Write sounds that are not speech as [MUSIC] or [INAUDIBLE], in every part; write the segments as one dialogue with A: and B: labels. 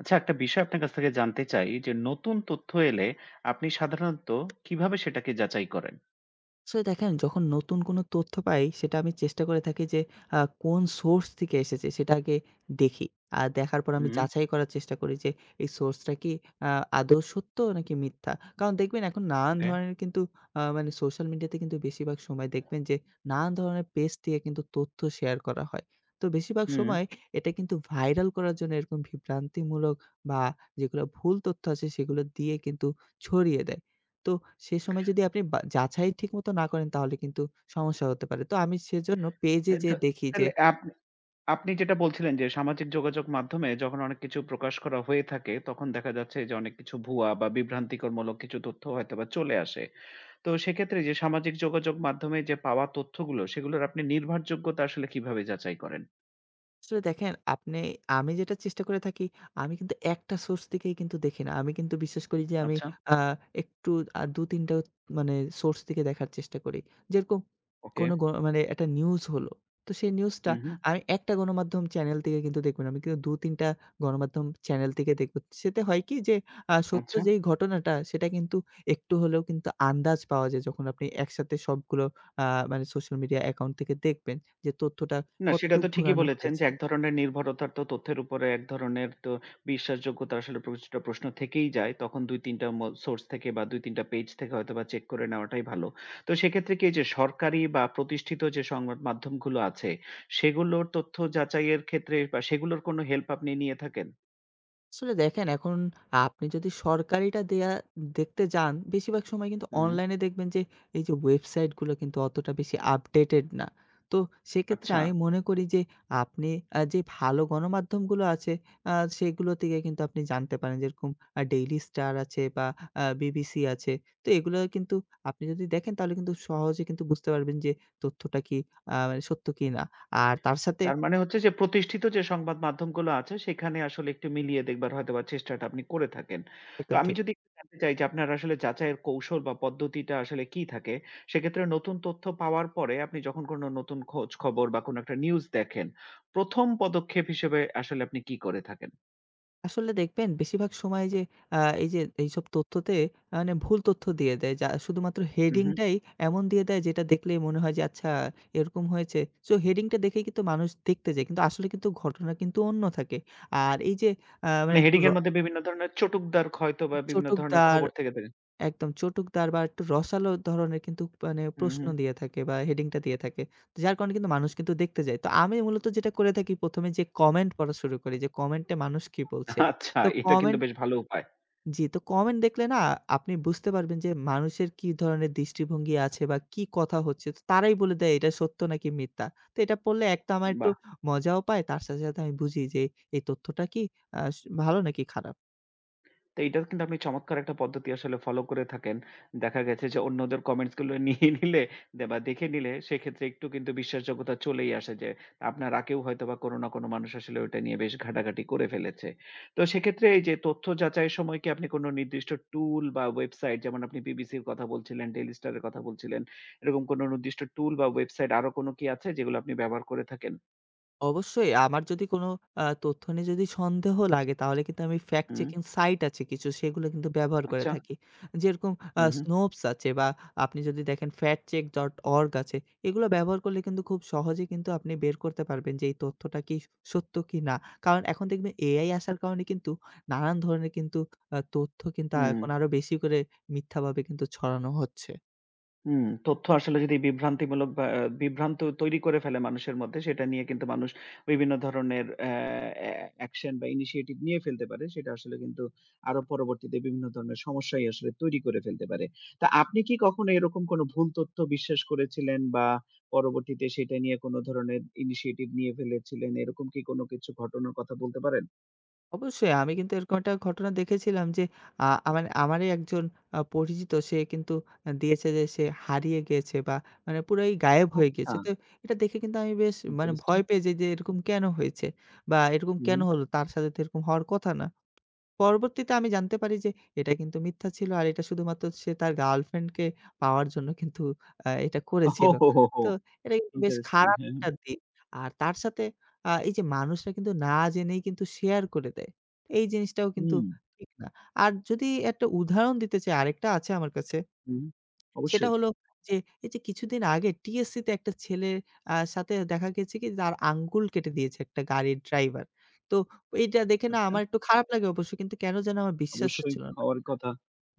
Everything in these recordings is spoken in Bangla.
A: আচ্ছা, একটা বিষয় আপনার কাছ থেকে জানতে চাই যে নতুন তথ্য এলে আপনি সাধারণত কিভাবে সেটাকে যাচাই করেন?
B: আসলে দেখেন, যখন নতুন কোনো তথ্য পাই, সেটা আমি চেষ্টা করে থাকি যে আ কোন সোর্স থেকে এসেছে সেটা আগে দেখি। আর দেখার পর আমি
A: হুম, হুম।
B: যাচাই করার চেষ্টা করি যে এই সোর্সটা কি আ আদৌ সত্য নাকি মিথ্যা। কারণ দেখবেন এখন নানান
A: ওকে।
B: ধরনের কিন্তু মানে সোশ্যাল মিডিয়াতে কিন্তু বেশিরভাগ সময় দেখবেন যে নানান ধরনের পেজ থেকে কিন্তু তথ্য শেয়ার করা হয়। তো বেশিরভাগ
A: হুম।
B: সময় এটা কিন্তু ভাইরাল করার জন্য এরকম বিভ্রান্তিমূলক বা যেগুলো ভুল তথ্য আছে সেগুলো দিয়ে কিন্তু ছড়িয়ে দেয়। তো সে সময় যদি আপনি বা যাচাই ঠিকমতো না করেন তাহলে কিন্তু সমস্যা হতে পারে। তো আমি সেজন্য পেজে
A: তা তা
B: যেয়ে দেখি যে
A: তাহলে আপনি আপনি যেটা বলছিলেন যে সামাজিক যোগাযোগ মাধ্যমে যখন অনেক কিছু প্রকাশ করা হয়ে থাকে তখন দেখা যাচ্ছে যে অনেক কিছু ভুয়া বা বিভ্রান্তিকরমূলক কিছু তথ্য হয়তোবা চলে আসে। তো সেক্ষেত্রে যে সামাজিক যোগাযোগ মাধ্যমে যে পাওয়া তথ্যগুলো সেগুলোর আপনি নির্ভরযোগ্যতা আসলে কিভাবে যাচাই করেন?
B: আসলে দেখেন আপনি, আমি যেটা চেষ্টা করে থাকি, আমি কিন্তু একটা সোর্স থেকেই কিন্তু দেখি না। আমি কিন্তু বিশ্বাস করি যে আমি
A: আচ্ছা,
B: আ একটু ২-৩ টা মানে সোর্স থেকে দেখার চেষ্টা করি। যেরকম
A: ওকে।
B: কোনো মানে একটা নিউজ হলো। তো সেই নিউজটা
A: হুম, হুম।
B: আমি একটা গণমাধ্যম চ্যানেল থেকে কিন্তু দেখব না। আমি কিন্তু ২-৩ টা গণমাধ্যম চ্যানেল থেকে দেখব। সেতে হয় কি যে সত্য
A: আচ্ছা।
B: যেই ঘটনাটা সেটা কিন্তু একটু হলেও কিন্তু আন্দাজ পাওয়া যায় যখন আপনি একসাথে সবগুলো আ মানে সোশ্যাল মিডিয়া অ্যাকাউন্ট থেকে দেখবেন যে তথ্যটা
A: না, সেটা
B: কতটুকু
A: তো ঠিকই
B: ঘোরানো
A: বলেছেন যে
B: হয়েছে।
A: এক ধরনের নির্ভরতার তো তথ্যের উপরে এক ধরনের তো বিশ্বাসযোগ্যতা আসলে প্রতিটা প্রশ্ন থেকেই যায়। তখন ২-৩ টা ম সোর্স থেকে বা ২-৩ টা পেজ থেকে হয়তোবা চেক করে নেওয়াটাই ভালো। তো সেক্ষেত্রে কি এই যে সরকারি বা প্রতিষ্ঠিত যে সংবাদ মাধ্যমগুলো আছে, সেগুলোর তথ্য যাচাইয়ের ক্ষেত্রে বা সেগুলোর কোনো হেল্প আপনি নিয়ে থাকেন?
B: আসলে দেখেন এখন আপনি যদি সরকারিটা দেয়া দেখতে যান, বেশিরভাগ সময় কিন্তু
A: হুম,
B: অনলাইনে দেখবেন যে এই যে ওয়েবসাইটগুলো কিন্তু অতটা বেশি আপডেটেড না। তো সেক্ষেত্রে
A: আচ্ছা।
B: আমি মনে করি যে আপনি যে ভালো গণমাধ্যমগুলো আছে আ সেগুলো থেকে কিন্তু আপনি জানতে পারেন। যেরকম ডেইলি স্টার আছে বা বিবিসি আছে। তো এগুলো কিন্তু আপনি যদি দেখেন তাহলে কিন্তু সহজে কিন্তু বুঝতে পারবেন যে তথ্যটা কি মানে সত্য কি না। আর তার সাথে
A: তার মানে হচ্ছে যে প্রতিষ্ঠিত যে সংবাদ মাধ্যমগুলো আছে সেখানে আসলে একটু মিলিয়ে দেখবার হয়তোবা চেষ্টাটা আপনি করে থাকেন। তো
B: একদম
A: আমি
B: ঠিক।
A: যদি একটু জানতে চাই যে আপনার আসলে যাচাইয়ের কৌশল বা পদ্ধতিটা আসলে কি থাকে? সেক্ষেত্রে নতুন তথ্য পাওয়ার পরে আপনি যখন কোনো নতুন খোঁজ খবর বা কোনো একটা নিউজ দেখেন, ১ম পদক্ষেপ হিসেবে আসলে আপনি কি করে থাকেন?
B: আসলে দেখবেন বেশিরভাগ সময় যে আ এই যে এইসব তথ্যতে মানে ভুল তথ্য দিয়ে দেয়। যা শুধুমাত্র
A: হুম,
B: হেডিং
A: হুম।
B: টাই এমন দিয়ে দেয় যেটা দেখলেই মনে হয় যে আচ্ছা এরকম হয়েছে। সো হেডিং টা দেখেই কিন্তু মানুষ দেখতে যায়। কিন্তু আসলে কিন্তু ঘটনা কিন্তু অন্য থাকে। আর এই যে মানে
A: মানে
B: একটু
A: হেডিং এর মধ্যে বিভিন্ন ধরনের চটুকদার হয়তো বা বিভিন্ন ধরনের
B: চটকদার,
A: খবর থেকে থাকে।
B: একদম চটকদার বা একটু রসালো ধরনের কিন্তু মানে
A: হুম,
B: প্রশ্ন
A: হুম।
B: দিয়ে থাকে বা হেডিং টা দিয়ে থাকে। যার কারণে কিন্তু মানুষ কিন্তু দেখতে যায়। তো আমি মূলত যেটা করে থাকি ১ম এ যে কমেন্ট পড়া শুরু করি যে কমেন্টে মানুষ কি বলছে।
A: আচ্ছা,
B: তো
A: এটা কিন্তু
B: কমেন্ট
A: বেশ ভালো উপায়।
B: জি, তো কমেন্ট দেখলে না আপনি বুঝতে পারবেন যে মানুষের কি ধরনের দৃষ্টিভঙ্গি আছে বা কি কথা হচ্ছে। তো তারাই বলে দেয় এটা সত্য নাকি মিথ্যা। তো এটা পড়লে এক তো আমার একটু
A: বাহ!
B: মজাও পায়। তার সাথে, সাথে আমি বুঝি যে এই তথ্যটা কি আ স ভালো নাকি খারাপ।
A: তো এইটাও কিন্তু আপনি চমৎকার একটা পদ্ধতি আসলে ফলো করে থাকেন। দেখা গেছে যে অন্যদের কমেন্টস গুলো নিয়ে [LAUGHS] নিলে দে বা দেখে নিলে সেক্ষেত্রে একটু কিন্তু বিশ্বাসযোগ্যতা চলেই আসে যে আপনার আগেও হয়তোবা কোনো না কোনো মানুষ আসলে ওইটা নিয়ে বেশ ঘাটাঘাটি করে ফেলেছে। তো সেক্ষেত্রে এই যে তথ্য যাচাইয়ের সময় কি আপনি কোনো নির্দিষ্ট টুল বা ওয়েবসাইট যেমন আপনি বিবিসির কথা বলছিলেন, ডেইলি স্টারের কথা বলছিলেন। এরকম কোনো নির্দিষ্ট টুল বা ওয়েবসাইট আরো কোনো কি আছে যেগুলো আপনি ব্যবহার করে থাকেন?
B: অবশ্যই আমার যদি কোনো তথ্য নিয়ে যদি সন্দেহ লাগে তাহলে কিন্তু আমি fact
A: হুম,
B: checking সাইট আছে কিছু সেগুলো কিন্তু ব্যবহার করে
A: আচ্ছা।
B: থাকি। যেরকম
A: হু, হু।
B: Snopes আছে বা আপনি যদি দেখেন factcheck.org আছে। এগুলো ব্যবহার করলে কিন্তু খুব সহজেই কিন্তু আপনি বের করতে পারবেন যে এই তথ্যটা কি সত্য কি না। কারণ এখন দেখবেন AI আসার কারণে কিন্তু নানান ধরনের কিন্তু তথ্য কিন্তু
A: হুম।
B: এখন আরো বেশি করে মিথ্যাভাবে কিন্তু ছড়ানো হচ্ছে।
A: হুম, তথ্য আসলে যদি বিভ্রান্তিমূলক বা বিভ্রান্ত তৈরি করে ফেলে মানুষের মধ্যে সেটা নিয়ে কিন্তু মানুষ বিভিন্ন ধরনের অ্যা অ্যা অ্যাকশন বা ইনিশিয়েটিভ নিয়ে ফেলতে পারে। সেটা আসলে কিন্তু আরো পরবর্তীতে বিভিন্ন ধরনের সমস্যাই আসলে তৈরি করে ফেলতে পারে। তা আপনি কি কখনো এরকম কোনো ভুল তথ্য বিশ্বাস করেছিলেন বা পরবর্তীতে সেটা নিয়ে কোনো ধরনের ইনিশিয়েটিভ নিয়ে ফেলেছিলেন? এরকম কি কোনো কিছু ঘটনার কথা বলতে পারেন?
B: অবশ্যই আমি কিন্তু এরকম একটা ঘটনা দেখেছিলাম যে আমারই একজন পরিচিত সে কিন্তু দিয়েছে যে সে হারিয়ে গিয়েছে বা মানে পুরাই গায়েব হয়ে
A: আচ্ছা,
B: গিয়েছে। তো এটা দেখে কিন্তু আমি বেশ মানে
A: ইন্টারেস্টিং।
B: ভয় পেয়ে যাই যে এরকম কেন হয়েছে? বা এরকম কেন
A: হুম।
B: হলো? তার সাথে তো এরকম হওয়ার কথা না। পরবর্তীতে আমি জানতে পারি যে এটা কিন্তু মিথ্যা ছিল। আর এটা শুধুমাত্র সে তার গার্লফ্রেন্ডকে পাওয়ার জন্য কিন্তু এটা করেছিল।
A: ওহোহোহো!
B: তো এটা কিন্তু বেশ
A: ইন্টারেস্টিং। [LAUGHS]
B: খারাপ
A: হ্যাঁ, হ্যাঁ।
B: একটা দিক। আর তার সাথে এই যে মানুষরা কিন্তু না জেনেই কিন্তু শেয়ার করে দেয়। এই জিনিসটাও কিন্তু
A: হুম,
B: ঠিক না। আর যদি একটা উদাহরণ দিতে চাই, আরেকটা আছে আমার কাছে।
A: হুম।
B: সেটা
A: অবশ্যই।
B: হলো যে, এই যে কিছুদিন আগে TSC তে একটা ছেলের সাথে দেখা গেছে কি তার আঙ্গুল কেটে দিয়েছে একটা গাড়ির ড্রাইভার। তো এইটা দেখে না
A: আচ্ছা।
B: আমার একটু খারাপ লাগে অবশ্য, কিন্তু কেন যেন আমার বিশ্বাস
A: অবশ্যই
B: হচ্ছিল না।
A: খাওয়ার কথা।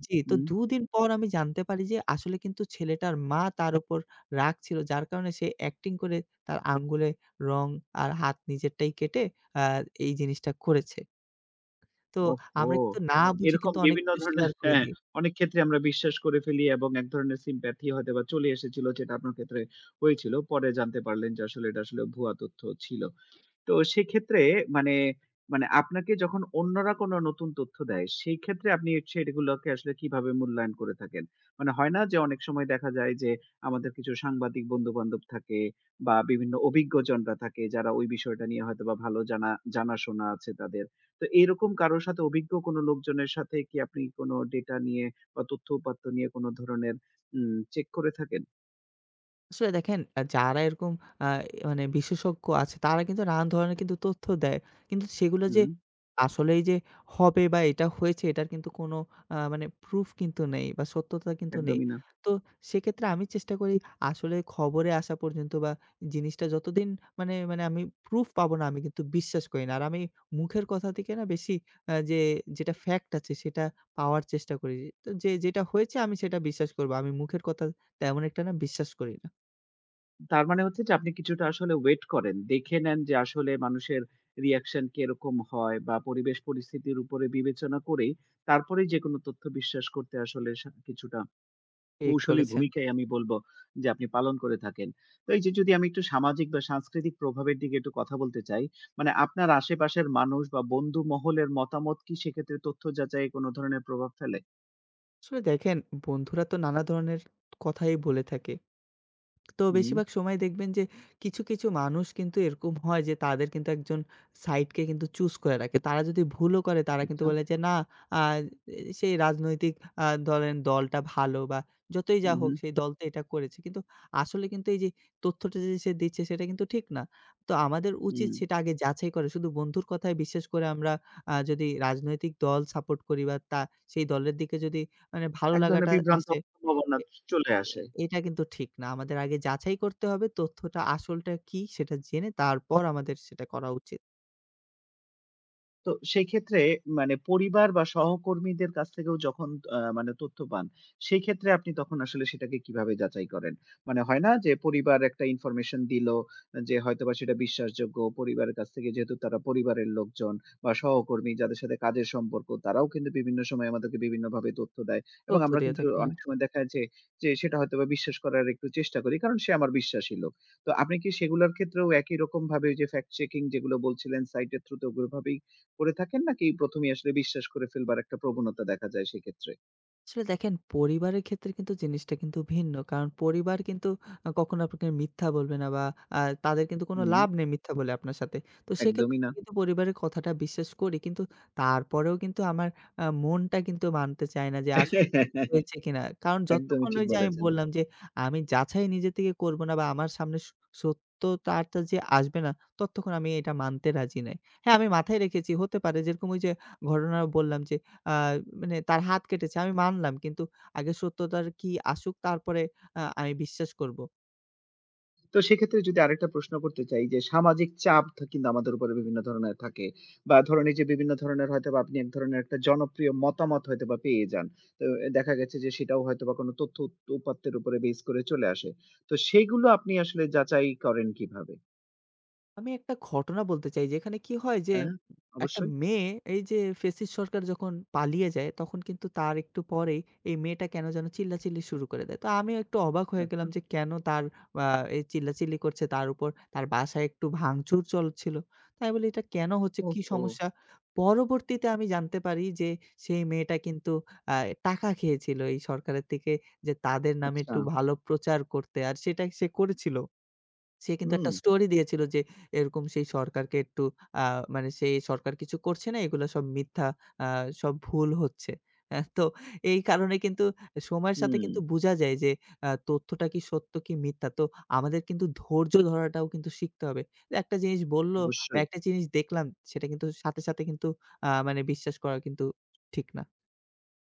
B: জি, তো
A: হুম।
B: ২ দিন পর আমি জানতে পারি যে আসলে কিন্তু ছেলেটার মা তার উপর রাগ ছিল। যার কারণে সে অ্যাক্টিং করে তার আঙ্গুলে রং আর হাত নিজেরটাই কেটে আ এই জিনিসটা করেছে। তো
A: ওহহো!
B: আমরা কিন্তু না বুঝে
A: এরকম
B: কিন্তু অনেক
A: বিভিন্ন
B: কিছু
A: ধরনের
B: শেয়ার করে
A: হ্যাঁ,
B: দিই।
A: অনেক ক্ষেত্রে আমরা বিশ্বাস করে ফেলি এবং এক ধরনের sympathy হয়তোবা চলে এসেছিল যেটা আপনার ক্ষেত্রে হয়েছিল। পরে জানতে পারলেন যে আসলে এটা আসলে ভুয়া তথ্য ছিল। তো সেক্ষেত্রে মানে, মানে আপনাকে যখন অন্যরা কোনো নতুন তথ্য দেয়, সেই ক্ষেত্রে আপনি সেগুলোকে আসলে কিভাবে মূল্যায়ন করে থাকেন? মানে হয় না যে অনেক সময় দেখা যায় যে আমাদের কিছু সাংবাদিক বন্ধু-বান্ধব থাকে বা বিভিন্ন অভিজ্ঞজনরা থাকে যারা ওই বিষয়টা নিয়ে হয়তোবা ভালো জানা জানাশোনা আছে তাদের। তো এরকম কারোর সাথে অভিজ্ঞ কোনো লোকজনের সাথে কি আপনি কোনো ডেটা নিয়ে বা তথ্য-উপাত্ত নিয়ে কোনো ধরনের চেক করে থাকেন?
B: আসলে দেখেন যারা এরকম আ মানে বিশেষজ্ঞ আছে তারা কিন্তু নানান ধরনের কিন্তু তথ্য দেয়। কিন্তু সেগুলো যে
A: হুম,
B: আসলেই যে হবে বা এটা হয়েছে এটার কিন্তু কোনো মানে প্রুফ কিন্তু নেই বা সত্যতা কিন্তু নেই।
A: একদমই না।
B: তো সেক্ষেত্রে আমি চেষ্টা করি আসলে খবরে আসা পর্যন্ত বা জিনিসটা যতদিন মানে মানে আমি প্রুফ পাবো না আমি কিন্তু বিশ্বাস করি না। আর আমি মুখের কথা থেকে না বেশি যে যেটা ফ্যাক্ট আছে সেটা পাওয়ার চেষ্টা করি। তো যে যেটা হয়েছে আমি সেটা বিশ্বাস করব। আমি মুখের কথা তেমন একটা না, বিশ্বাস করি না।
A: তার মানে হচ্ছে যে আপনি কিছুটা আসলে ওয়েট করেন। দেখে নেন যে আসলে মানুষের রিঅ্যাকশন কিরকম হয় বা পরিবেশ পরিস্থিতির উপরে বিবেচনা করেই তারপরেই যেকোনো তথ্য বিশ্বাস করতে আসলে কিছুটা
B: ঠিক
A: কৌশলী
B: বলেছেন।
A: ভূমিকাই আমি বলব যে আপনি পালন করে থাকেন। তো এই যে যদি আমি একটু সামাজিক বা সাংস্কৃতিক প্রভাবের দিকে একটু কথা বলতে চাই, মানে আপনার আশেপাশের মানুষ বা বন্ধু মহলের মতামত কি সেক্ষেত্রে তথ্য যাচাইয়ে কোনো ধরনের প্রভাব ফেলে?
B: আসলে দেখেন বন্ধুরা তো নানা ধরনের কথাই বলে থাকে। তো
A: হুম,
B: বেশিরভাগ সময় দেখবেন যে কিছু, কিছু মানুষ কিন্তু এরকম হয় যে তাদের কিন্তু একজন সাইডকে কিন্তু চুজ করে রাখে। তারা যদি ভুলও করে তারা কিন্তু
A: আচ্ছা।
B: বলে যে না, আ সেই রাজনৈতিক ধরেন দলটা ভালো বা যতই
A: হু,
B: যা
A: হু,
B: হোক সেই দল তো এটা করেছে। কিন্তু আসলে কিন্তু এই যে তথ্যটা যে সে দিচ্ছে সেটা কিন্তু ঠিক না। তো আমাদের উচিত
A: হুম।
B: সেটা আগে যাচাই করে, শুধু বন্ধুর কথায় বিশ্বাস করে আমরা যদি রাজনৈতিক দল সাপোর্ট করি বা তা সেই দলের দিকে যদি মানে ভালো
A: এক
B: লাগাটা
A: ধরনের বিভ্রান্ত
B: আসে,
A: সম্ভাবনা
B: এ
A: চলে
B: এ
A: আসে।
B: এটা কিন্তু ঠিক না। আমাদের আগে যাচাই করতে হবে তথ্যটা আসলটা কি সেটা জেনে তারপর আমাদের সেটা করা উচিত।
A: তো সেই ক্ষেত্রে মানে পরিবার বা সহকর্মীদের কাছ থেকেও যখন মানে তথ্য পান, সেই ক্ষেত্রে আপনি তখন আসলে সেটাকে কিভাবে যাচাই করেন? মানে হয় না যে পরিবার একটা ইনফরমেশন দিল যে হয়তোবা সেটা বিশ্বাসযোগ্য। পরিবারের কাছ থেকে যেহেতু তারা পরিবারের লোকজন বা সহকর্মী যাদের সাথে কাজের সম্পর্ক, তারাও কিন্তু বিভিন্ন সময় আমাদেরকে বিভিন্নভাবে তথ্য দেয় এবং
B: তথ্য
A: আমরা
B: দিয়ে
A: কিন্তু
B: থাকে।
A: অনেক সময় দেখা যায় যে যে সেটা হয়তোবা বিশ্বাস করার একটু চেষ্টা করি। কারণ সে আমার বিশ্বাসী লোক। তো আপনি কি সেগুলোর ক্ষেত্রেও একই রকমভাবে ওই যে ফ্যাক্ট চেকিং যেগুলো বলছিলেন সাইটের থ্রুতে ওগুলোভাবেই করে থাকেন নাকি ১ম এই আসলে বিশ্বাস করে ফেলবার একটা প্রবণতা দেখা যায় সেক্ষেত্রে?
B: আসলে দেখেন পরিবারের ক্ষেত্রে কিন্তু জিনিসটা কিন্তু ভিন্ন। কারণ পরিবার কিন্তু কখনো আপনাকে মিথ্যা বলবে না বা আ তাদের কিন্তু কোনো
A: হুম।
B: লাভ নেই মিথ্যা বলে আপনার সাথে। তো সেক্ষেত্রে
A: একদমই না।
B: আমি কিন্তু পরিবারের কথাটা বিশ্বাস করি। কিন্তু তারপরেও কিন্তু আমার মনটা কিন্তু মানতে চায় না যে আসলে কি হয়েছে কিনা। কারণ
A: একদমই
B: যতক্ষণ
A: ঠিক
B: ওই যে আমি
A: বলেছেন।
B: বললাম যে আমি যাচাই নিজে থেকে করব না বা আমার সামনে সত্যতাটা যে আসবে না, ততক্ষণ আমি এটা মানতে রাজি নই। হ্যাঁ, আমি মাথায় রেখেছি, হতে পারে যেরকম ওই যে ঘটনা বললাম যে আ মানে তার হাত কেটেছে। আমি মানলাম। কিন্তু আগে সত্যতার কি আসুক তারপরে আমি বিশ্বাস করব।
A: তো সেক্ষেত্রে যদি আরেকটা প্রশ্ন করতে চাই যে সামাজিক চাপ থ কিন্তু আমাদের উপরে বিভিন্ন ধরনের থাকে। বা ধরেন এই যে বিভিন্ন ধরনের হয়তোবা আপনি এক ধরনের একটা জনপ্রিয় মতামত হয়তোবা পেয়ে যান। তো দেখা গেছে যে সেটাও হয়তোবা কোনো তথ্য উপাত্তের উপরে বেস করে চলে আসে। তো সেগুলো আপনি আসলে যাচাই করেন কিভাবে?
B: আমি একটা ঘটনা বলতে চাই যেখানে কি হয় যে,
A: হ্যাঁ,
B: একটা
A: অবশ্যই।
B: মেয়ে এই যে ফ্যাসিস্ট সরকার যখন পালিয়ে যায় তখন কিন্তু তার একটু পরেই এই মেয়েটা কেন যেন চিল্লাচিল্লি শুরু করে দেয়। তো আমিও একটু অবাক হয়ে
A: আচ্ছা।
B: গেলাম যে কেন তার আ এই চিল্লাচিল্লি করছে, তার উপর তার বাসায় একটু ভাঙচুর চলছিল। তো আমি বলি এটা কেন হচ্ছে? কি
A: ওহো!
B: সমস্যা? পরবর্তীতে আমি জানতে পারি যে সেই মেয়েটা কিন্তু আ টাকা খেয়েছিল এই সরকারের থেকে যে তাদের নামে
A: আচ্ছা।
B: একটু ভালো প্রচার করতে। আর সেটা সে করেছিল। সে কিন্তু
A: হুম,
B: একটা স্টোরি দিয়েছিল যে এরকম সেই সরকারকে একটু আ মানে সেই সরকার কিছু করছে না, এগুলা সব মিথ্যা, আ সব ভুল হচ্ছে। তো এই কারণে কিন্তু সময়ের সাথে
A: হুম।
B: কিন্তু বুঝা যায় যে তথ্যটা কি সত্য কি মিথ্যা। তো আমাদের কিন্তু ধৈর্য ধরাটাও কিন্তু শিখতে হবে। একটা জিনিস বলল বা
A: অবশ্যই।
B: একটা জিনিস দেখলাম সেটা কিন্তু সাথে, সাথে কিন্তু মানে বিশ্বাস করা কিন্তু ঠিক না।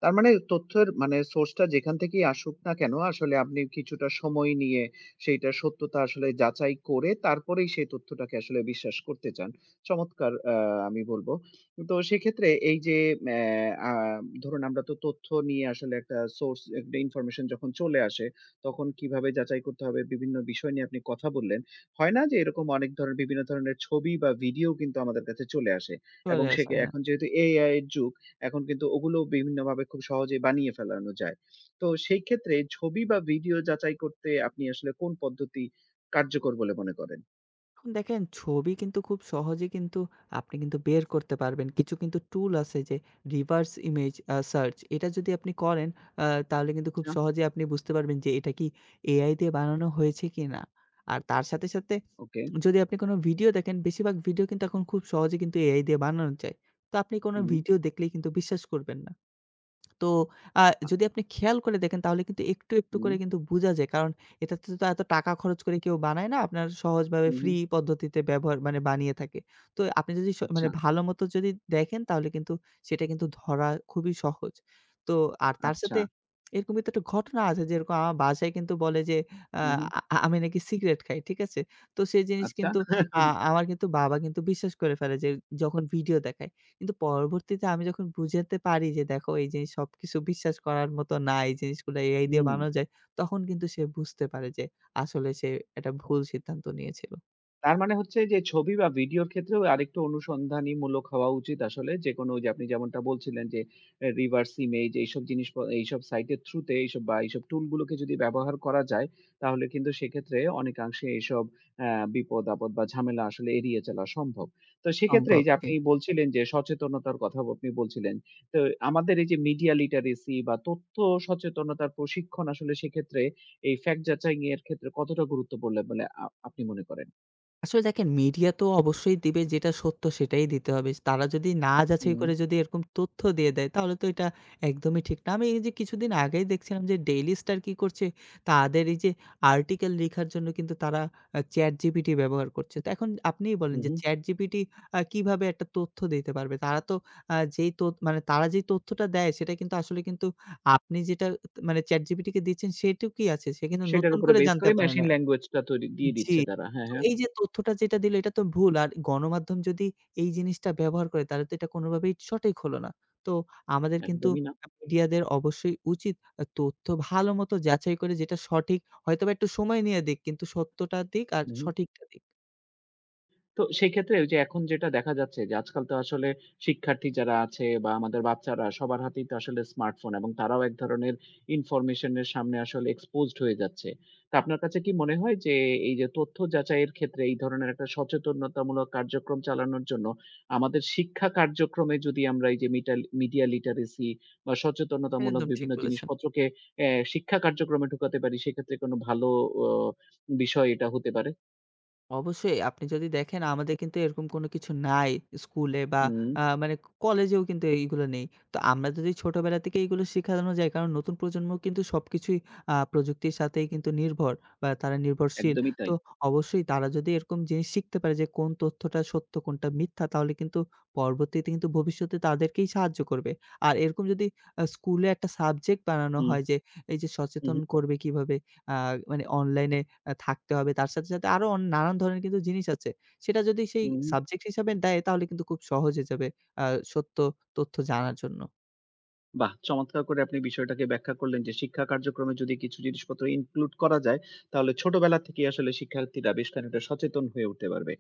A: তার মানে তথ্যের মানে সোর্স টা যেখান থেকেই আসুক না কেন আসলে আপনি কিছুটা সময় নিয়ে সেইটার সত্যতা আসলে যাচাই করে তারপরেই সেই তথ্যটাকে আসলে বিশ্বাস করতে চান। চমৎকার আমি বলব। তো সেক্ষেত্রে এই যে অ্যা আ ধরুন আমরা তো তথ্য নিয়ে আসলে একটা সোর্স একটা ইনফরমেশন যখন চলে আসে তখন কিভাবে যাচাই করতে হবে বিভিন্ন বিষয় নিয়ে আপনি কথা বললেন। হয় না যে এরকম অনেক ধরনের বিভিন্ন ধরনের ছবি বা ভিডিও কিন্তু আমাদের কাছে চলে আসে এবং
B: চলে
A: সে
B: আসে। হ্যাঁ।
A: এখন যেহেতু AI এর যুগ এখন কিন্তু ওগুলো বিভিন্নভাবে খুব সহজেই বানিয়ে ফেলানো যায়। তো সেই ক্ষেত্রে ছবি বা ভিডিও যাচাই করতে আপনি আসলে কোন পদ্ধতি কার্যকর বলে মনে করেন?
B: এখন দেখেন ছবি কিন্তু খুব সহজে কিন্তু আপনি কিন্তু বের করতে পারবেন। কিছু কিন্তু টুল আছে যে reverse image search, এটা যদি আপনি করেন আ তাহলে কিন্তু খুব
A: আচ্ছা,
B: সহজেই আপনি বুঝতে পারবেন যে এটা কি AI দিয়ে বানানো হয়েছে কিনা। আর তার সাথে, সাথে
A: ওকে।
B: যদি আপনি কোনো ভিডিও দেখেন, বেশিরভাগ ভিডিও কিন্তু এখন খুব সহজে কিন্তু AI দিয়ে বানানো যায়। তো আপনি কোনো
A: হুম,
B: ভিডিও দেখলেই কিন্তু বিশ্বাস করবেন না। তো আ
A: আ
B: যদি আপনি খেয়াল করে দেখেন তাহলে কিন্তু একটু, একটু
A: হুম,
B: করে কিন্তু বুঝা যায়। কারণ এটাতে তো এত টাকা খরচ করে কেউ বানায় না। আপনার সহজভাবে
A: হু, হু।
B: ফ্রি পদ্ধতিতে ব্যবহার মানে বানিয়ে থাকে। তো আপনি যদি
A: আচ্ছা,
B: মানে ভালোমতো যদি দেখেন তাহলে কিন্তু সেটা কিন্তু ধরা খুবই সহজ। তো আর তার
A: আচ্ছা।
B: সাথে এরকম কিন্তু একটা ঘটনা আছে যেরকম আমার বাসায় কিন্তু বলে যে
A: হু,
B: আহ,
A: হু।
B: আ আ আমি নাকি সিগারেট খাই। ঠিক আছে? তো সেই জিনিস
A: আচ্ছা।
B: কিন্তু আ
A: [LAUGHS]
B: আমার কিন্তু বাবা কিন্তু বিশ্বাস করে ফেলে যে যখন ভিডিও দেখায়। কিন্তু পরবর্তীতে আমি যখন বুঝাতে পারি যে, "দেখো, এই জিনিস সবকিছু বিশ্বাস করার মতো না। এই জিনিসগুলো AI দিয়ে
A: হুম।
B: বানানো যায়।" তখন কিন্তু সে বুঝতে পারে যে আসলে সে একটা ভুল সিদ্ধান্ত নিয়েছিল।
A: তার মানে হচ্ছে যে ছবি বা ভিডিওর ক্ষেত্রেও আরেকটু অনুসন্ধানীমূলক হওয়া উচিত আসলে। যেকোনো ওইযে আপনি যেমনটা বলছিলেন যে reverse image এইসব জিনিস প এইসব সাইটের থ্রুতে এইসব বা এইসব টুলগুলোকে যদি ব্যবহার করা যায়, তাহলে কিন্তু সেক্ষেত্রে অনেকাংশে এইসব অ্যা বিপদ-আপদ বা ঝামেলা আসলে এড়িয়ে চলা সম্ভব। তো সেক্ষেত্রে
B: সম্ভব।
A: এইযে
B: জি।
A: আপনি বলছিলেন যে সচেতনতার কথাও আপনি বলছিলেন। তো আমাদের এইযে মিডিয়া লিটারেসি বা তথ্য সচেতনতার প্রশিক্ষণ আসলে সেক্ষেত্রে এই ফ্যাক্ট যাচাইয়ের ক্ষেত্রে কতটা গুরুত্ব বলে বলে আ আপনি মনে করেন?
B: আসলে দেখেন মিডিয়া তো অবশ্যই দিবে, যেটা সত্য সেটাই দিতে হবে। তারা যদি না যাচাই
A: হুম,
B: করে যদি এরকম তথ্য দিয়ে দেয় তাহলে তো এটা একদমই ঠিক না। আমি এই যে কিছুদিন আগেই দেখছিলাম যে ডেইলি স্টার কি করছে, তাদের এই যে আর্টিকেল লিখার জন্য কিন্তু তারা ChatGPT ব্যবহার করছে। তো এখন আপনিই
A: হু,
B: বলেন যে
A: হু।
B: ChatGPT কিভাবে একটা তথ্য দিতে পারবে? তারা তো যেই তথ্য মানে তারা যেই তথ্যটা দেয় সেটা কিন্তু আসলে কিন্তু আপনি যেটা মানে ChatGPT কে দিচ্ছেন সেটুকুই আছে। সে কিন্তু
A: সেটার
B: নতুন
A: উপরে
B: করে
A: বেস
B: জানতে
A: করে
B: পারে না।
A: মেশিন ল্যাঙ্গুয়েজ টা তৈরি দিয়ে
B: জি।
A: দিচ্ছে তারা। হ্যাঁ,
B: তো
A: হ্যাঁ।
B: এই যে তথ্যটা যেটা দিল এটা তো ভুল। আর গণমাধ্যম যদি এই জিনিসটা ব্যবহার করে তাহলে তো এটা কোনোভাবেই সঠিক হলো না। তো আমাদের কিন্তু
A: একদমই না।
B: মিডিয়াদের অবশ্যই উচিত তথ্য ভালোমতো যাচাই করে যেটা সঠিক, হয়তোবা একটু সময় নিয়ে দিক কিন্তু সত্যটা দিক আর
A: হু, হু।
B: সঠিকটা দিক।
A: তো সেক্ষেত্রে ওই যে এখন যেটা দেখা যাচ্ছে যে আজকাল তো আসলে শিক্ষার্থী যারা আছে বা আমাদের বাচ্চারা সবার হাতেই তো আসলে স্মার্টফোন এবং তারাও এক ধরনের ইনফরমেশনের সামনে আসলে এক্সপোজড হয়ে যাচ্ছে। তো আপনার কাছে কি মনে হয় যে এই যে তথ্য যাচাইয়ের ক্ষেত্রে এই ধরনের একটা সচেতনতামূলক কার্যক্রম চালানোর জন্য আমাদের শিক্ষা কার্যক্রমে যদি আমরা এই যে মিডিয়া লিটারেসি বা সচেতনতামূলক
B: একদম ঠিক
A: বিভিন্ন
B: বলেছেন।
A: জিনিসপত্রকে শিক্ষা কার্যক্রমে ঢুকাতে পারি সেক্ষেত্রে কোনো ভালো অ বিষয় এটা হতে পারে?
B: অবশ্যই আপনি যদি দেখেন, আমাদের কিন্তু এরকম কোনো কিছু নাই স্কুলে বা
A: হুম,
B: মানে কলেজেও কিন্তু এইগুলো নেই। তো আমরা যদি ছোটবেলা থেকে এইগুলো শিখানো যায়, কারণ নতুন প্রজন্ম কিন্তু সবকিছুই প্রযুক্তির সাথেই কিন্তু নির্ভর বা তারা নির্ভরশীল।
A: একদমই
B: তো
A: তাই।
B: অবশ্যই তারা যদি এরকম জিনিস শিখতে পারে যে কোন তথ্যটা সত্য কোনটা মিথ্যা, তাহলে কিন্তু পরবর্তীতে কিন্তু ভবিষ্যতে তাদেরকেই সাহায্য করবে। আর এরকম যদি স্কুলে একটা সাবজেক্ট বানানো
A: হুম।
B: হয় যে এই যে
A: হু,
B: সচেতন
A: হু,
B: করবে কিভাবে আ মানে অনলাইনে থাকতে হবে। তার সাথে, সাথে আরো নানান ধরনের কিন্তু জিনিস আছে। সেটা যদি সেই
A: হু, হু।
B: সাবজেক্ট হিসাবে দেয় তাহলে কিন্তু খুব সহজ হয়ে যাবে আ সত্য তথ্য জানার জন্য।
A: বাহ! চমৎকার করে আপনি বিষয়টাকে ব্যাখ্যা করলেন যে শিক্ষা কার্যক্রমে যদি কিছু জিনিসপত্র ইনক্লুড করা যায়, তাহলে ছোটবেলা থেকেই আসলে শিক্ষার্থীরা বেশ খানিকটা সচেতন হয়ে উঠতে পারবে।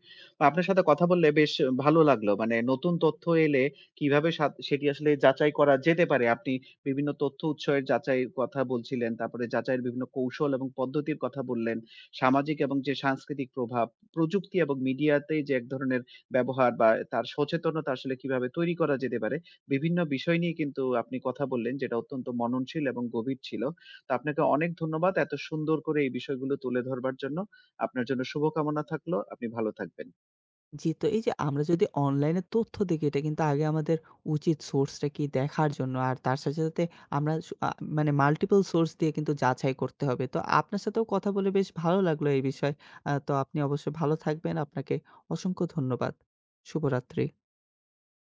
A: আপনার সাথে কথা বললে বেশ ভালো লাগলো। মানে নতুন তথ্য এলে কিভাবে সেটি আসলে যাচাই করা যেতে পারে। আপনি বিভিন্ন তথ্য উৎসের যাচাইয়ের কথা বলছিলেন। তারপরে যাচাইয়ের বিভিন্ন কৌশল এবং পদ্ধতির কথা বললেন। সামাজিক এবং যে সাংস্কৃতিক প্রভাব, প্রযুক্তি এবং মিডিয়াতে যে এক ধরনের ব্যবহার বা তার সচেতনতা আসলে কিভাবে তৈরি করা যেতে পারে, বিভিন্ন বিষয় নিয়ে কিন্তু আপনি কথা বললেন যেটা অত্যন্ত মননশীল এবং গভীর ছিল। তো আপনাকে অনেক ধন্যবাদ এত সুন্দর করে এই বিষয়গুলো তুলে ধরবার জন্য। আপনার জন্য শুভকামনা থাকলো। আপনি ভালো থাকবেন।
B: জি, তো এই যে আমরা যদি অনলাইনে তথ্য দেখি এটা কিন্তু আগে আমাদের উচিত সোর্সটা কি দেখার জন্য। আর তার সাথে, সাথে আমরা স আ মানে মাল্টিপল সোর্স দিয়ে কিন্তু যাচাই করতে হবে। তো আপনার সাথেও কথা বলে বেশ ভালো লাগলো এই বিষয়ে। তো আপনি অবশ্যই ভালো থাকবেন। আপনাকে অসংখ্য ধন্যবাদ। শুভরাত্রি।